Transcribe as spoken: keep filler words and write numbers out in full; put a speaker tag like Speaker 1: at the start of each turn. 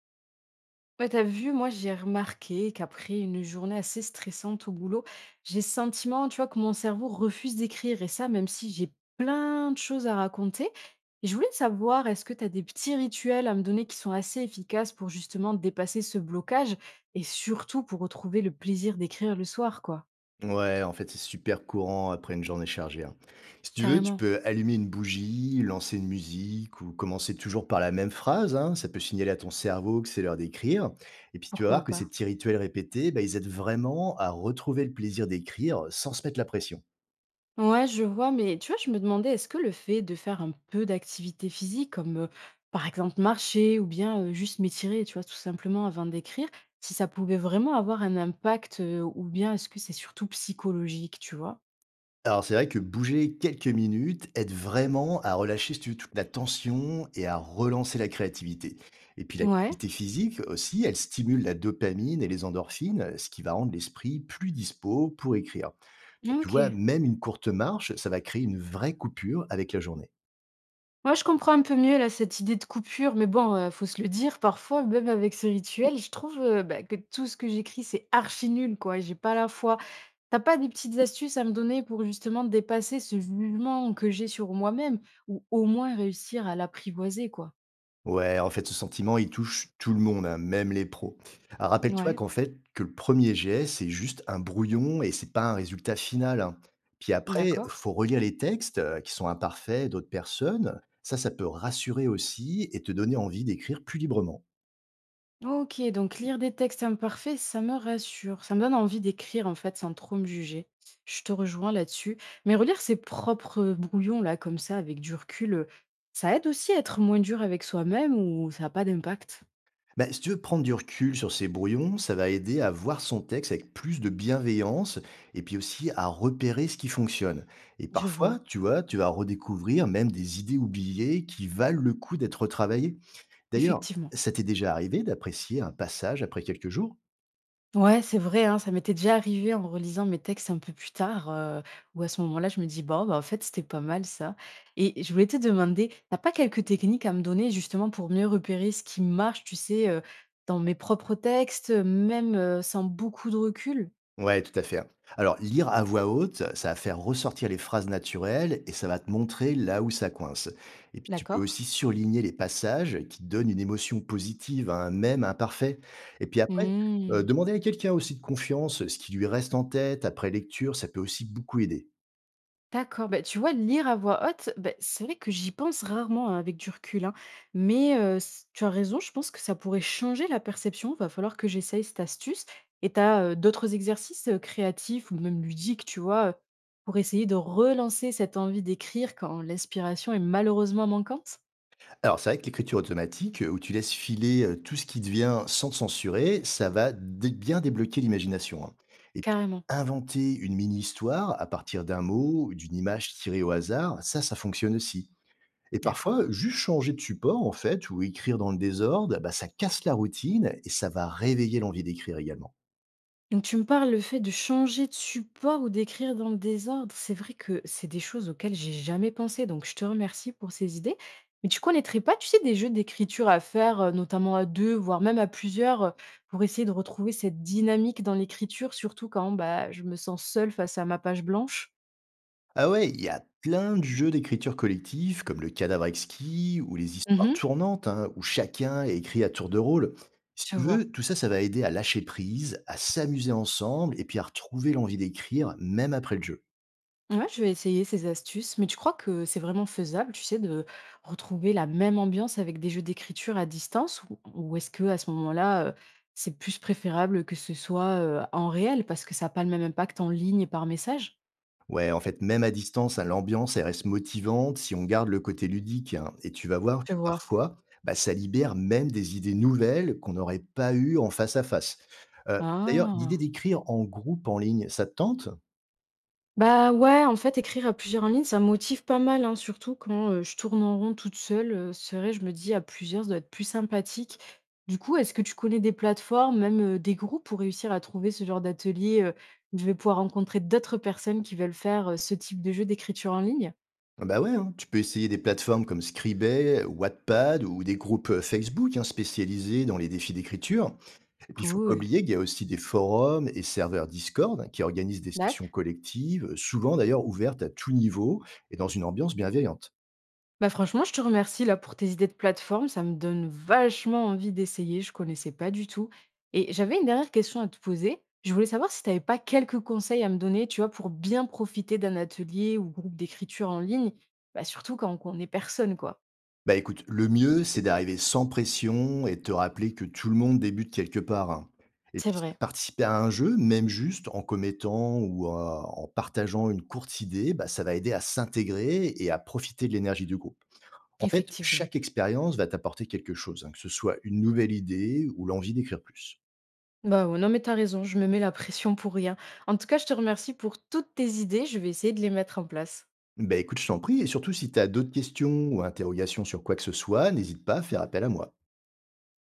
Speaker 1: Ouais, t'as vu, moi, j'ai remarqué qu'après une journée assez stressante au boulot, j'ai le sentiment, tu vois, que mon cerveau refuse d'écrire. Et ça, même si j'ai plein de choses à raconter. Et je voulais savoir, est-ce que t'as des petits rituels à me donner qui sont assez efficaces pour justement dépasser ce blocage et surtout pour retrouver le plaisir d'écrire le soir, quoi.
Speaker 2: Ouais, en fait, c'est super courant après une journée chargée, hein. Si tu veux, tu
Speaker 1: Carrément.
Speaker 2: peux allumer une bougie, lancer une musique ou commencer toujours par la même phrase, hein. Ça peut signaler à ton cerveau que c'est l'heure d'écrire. Et puis tu vas
Speaker 1: Pourquoi
Speaker 2: voir que ces
Speaker 1: pas?
Speaker 2: petits rituels répétés, bah, ils aident vraiment à retrouver le plaisir d'écrire sans se mettre la pression.
Speaker 1: Ouais, je vois, mais tu vois, je me demandais, est-ce que le fait de faire un peu d'activité physique, comme euh, par exemple marcher ou bien euh, juste m'étirer, tu vois, tout simplement avant d'écrire, si ça pouvait vraiment avoir un impact euh, ou bien est-ce que c'est surtout psychologique, tu vois?
Speaker 2: Alors c'est vrai que bouger quelques minutes aide vraiment à relâcher, si tu veux, toute la tension et à relancer la créativité. Et puis
Speaker 1: Ouais,
Speaker 2: l'activité physique aussi, elle stimule la dopamine et les endorphines, ce qui va rendre l'esprit plus dispo pour écrire. Donc tu vois,
Speaker 1: ok.
Speaker 2: même une courte marche, ça va créer une vraie coupure avec la journée.
Speaker 1: Moi, je comprends un peu mieux là cette idée de coupure, mais bon, euh, faut se le dire, parfois, même avec ce rituel, je trouve euh, bah, que tout ce que j'écris, c'est archi nul, quoi. J'ai pas la foi. T'as pas des petites astuces à me donner pour justement dépasser ce jugement que j'ai sur moi-même ou au moins réussir à l'apprivoiser, quoi?
Speaker 2: Ouais, en fait, ce sentiment, il touche tout le monde, hein, même les pros. Ah, rappelle-toi
Speaker 1: Ouais,
Speaker 2: qu'en fait, que le premier jet, c'est juste un brouillon et c'est pas un résultat final, hein. Puis après,
Speaker 1: d'accord.
Speaker 2: faut relire les textes euh, qui sont imparfaits d'autres personnes. Ça, ça peut rassurer aussi et te donner envie d'écrire plus librement.
Speaker 1: OK, donc lire des textes imparfaits, ça me rassure. Ça me donne envie d'écrire en fait sans trop me juger. Je te rejoins là-dessus. Mais relire ses propres brouillons là comme ça avec du recul, heu, ça aide aussi à être moins dur avec soi-même ou ça a pas d'impact?
Speaker 2: Bah, si tu veux prendre du recul sur ces brouillons, ça va aider à voir son texte avec plus de bienveillance et puis aussi à repérer ce qui fonctionne. Et
Speaker 1: Je vois,
Speaker 2: parfois, tu vois, tu vas redécouvrir même des idées oubliées qui valent le coup d'être retravaillées. D'ailleurs,
Speaker 1: effectivement.
Speaker 2: ça t'est déjà arrivé d'apprécier un passage après quelques jours?
Speaker 1: Ouais, c'est vrai, hein, ça m'était déjà arrivé en relisant mes textes un peu plus tard, euh, où à ce moment-là, je me dis, bon, bah, en fait, c'était pas mal ça. Et je voulais te demander, t'as pas quelques techniques à me donner justement pour mieux repérer ce qui marche, tu sais, euh, dans mes propres textes, même euh, sans beaucoup de recul,
Speaker 2: Ouais, tout à fait, hein. Alors, lire à voix haute, ça va faire ressortir les phrases naturelles et ça va te montrer là où ça coince. Et puis, tu peux
Speaker 1: d'accord?
Speaker 2: aussi surligner les passages qui donnent une émotion positive à un mème imparfait. Et puis après, euh, demander à quelqu'un aussi de confiance ce qui lui reste en tête après lecture, ça peut aussi beaucoup aider.
Speaker 1: D'accord, bah, tu vois, lire à voix haute, bah, c'est vrai que j'y pense rarement hein, avec du recul, hein. Mais euh, s- tu as raison, je pense que ça pourrait changer la perception, va falloir que j'essaye cette astuce. Et tu as d'autres exercices euh, créatifs ou même ludiques, tu vois, euh, pour essayer de relancer cette envie d'écrire quand l'inspiration est malheureusement manquante.
Speaker 2: Alors, c'est vrai que l'écriture automatique, euh, où tu laisses filer euh, tout ce qui devient sans censurer, ça va dé- bien débloquer l'imagination, hein. Et puis,
Speaker 1: Carrément,
Speaker 2: inventer une mini-histoire à partir d'un mot, ou d'une image tirée au hasard, ça, ça fonctionne aussi. Et parfois,
Speaker 1: d'accord.
Speaker 2: juste changer de support, en fait, ou écrire dans le désordre, bah, ça casse la routine et ça va réveiller l'envie d'écrire également.
Speaker 1: Donc tu me parles le fait de changer de support ou d'écrire dans le désordre. C'est vrai que c'est des choses auxquelles j'ai jamais pensé, donc je te remercie pour ces idées. Mais tu connaîtrais pas, tu sais, des jeux d'écriture à faire, euh, notamment à deux, voire même à plusieurs, euh, pour essayer de retrouver cette dynamique dans l'écriture, surtout quand bah, je me sens seule face à ma page blanche.
Speaker 2: Ah ouais, il y a plein de jeux d'écriture collective, comme le cadavre exquis ou les histoires
Speaker 1: Mhm,
Speaker 2: tournantes, hein, où chacun écrit à tour de rôle. Si
Speaker 1: je
Speaker 2: tu
Speaker 1: vois.
Speaker 2: veux, tout ça, ça va aider à lâcher prise, à s'amuser ensemble et puis à retrouver l'envie d'écrire, même après le jeu.
Speaker 1: Ouais, je vais essayer ces astuces, mais tu crois que c'est vraiment faisable, tu sais, de retrouver la même ambiance avec des jeux d'écriture à distance ou, ou est-ce que à ce moment-là, euh, c'est plus préférable que ce soit euh, en réel parce que ça n'a pas le même impact en ligne et par message?
Speaker 2: Ouais, en fait, même à distance, hein, l'ambiance, elle reste motivante si on garde le côté ludique, hein. Et tu vas voir
Speaker 1: Tu
Speaker 2: que
Speaker 1: vois?
Speaker 2: parfois, bah, ça libère même des idées nouvelles qu'on n'aurait pas eues en face à face. Euh, D'ailleurs, l'idée
Speaker 1: Ah.
Speaker 2: d'écrire en groupe en ligne, ça te tente?
Speaker 1: Bah, ouais, en fait, écrire à plusieurs en ligne, ça me motive pas mal, hein, surtout quand, heu, je tourne en rond toute seule, heu, c'est vrai, je me dis: «À plusieurs, ça doit être plus sympathique». Du coup, est-ce que tu connais des plateformes, même, heu, des groupes pour réussir à trouver ce genre d'atelier, heu, où je vais pouvoir rencontrer d'autres personnes qui veulent faire, heu, ce type de jeu d'écriture en ligne?
Speaker 2: Ah, bah ouais, hein, tu peux essayer des plateformes comme Scribay, Wattpad ou des groupes euh, Facebook, hein, spécialisés dans les défis d'écriture. Et puis il faut pas
Speaker 1: Cool.
Speaker 2: oublier qu'il y a aussi des forums et serveurs Discord, hein, qui organisent des sessions
Speaker 1: D'acc
Speaker 2: collectives, euh, souvent d'ailleurs ouvertes à tout niveau et dans une ambiance bienveillante.
Speaker 1: Bah franchement, je te remercie là pour tes idées de plateforme, ça me donne vachement envie d'essayer, je connaissais pas du tout. Et j'avais une dernière question à te poser. Je voulais savoir si tu n'avais pas quelques conseils à me donner, tu vois, pour bien profiter d'un atelier ou groupe d'écriture en ligne, bah surtout quand on connaît personne, quoi.
Speaker 2: Bah écoute, le mieux c'est d'arriver sans pression et de te rappeler que tout le monde débute quelque part, hein. Et
Speaker 1: C'est
Speaker 2: puis si
Speaker 1: vrai,
Speaker 2: participer à un jeu, même juste en commettant ou euh, en partageant une courte idée, bah, ça va aider à s'intégrer et à profiter de l'énergie du groupe. En fait,
Speaker 1: effectivement.
Speaker 2: chaque expérience va t'apporter quelque chose, hein, que ce soit une nouvelle idée ou l'envie d'écrire plus.
Speaker 1: Bah ouais, non mais t'as raison, je me mets la pression pour rien. En tout cas, je te remercie pour toutes tes idées, je vais essayer de les mettre en place.
Speaker 2: Ben écoute, je t'en prie, et surtout si tu as d'autres questions ou interrogations sur quoi que ce soit, n'hésite pas à faire appel à moi.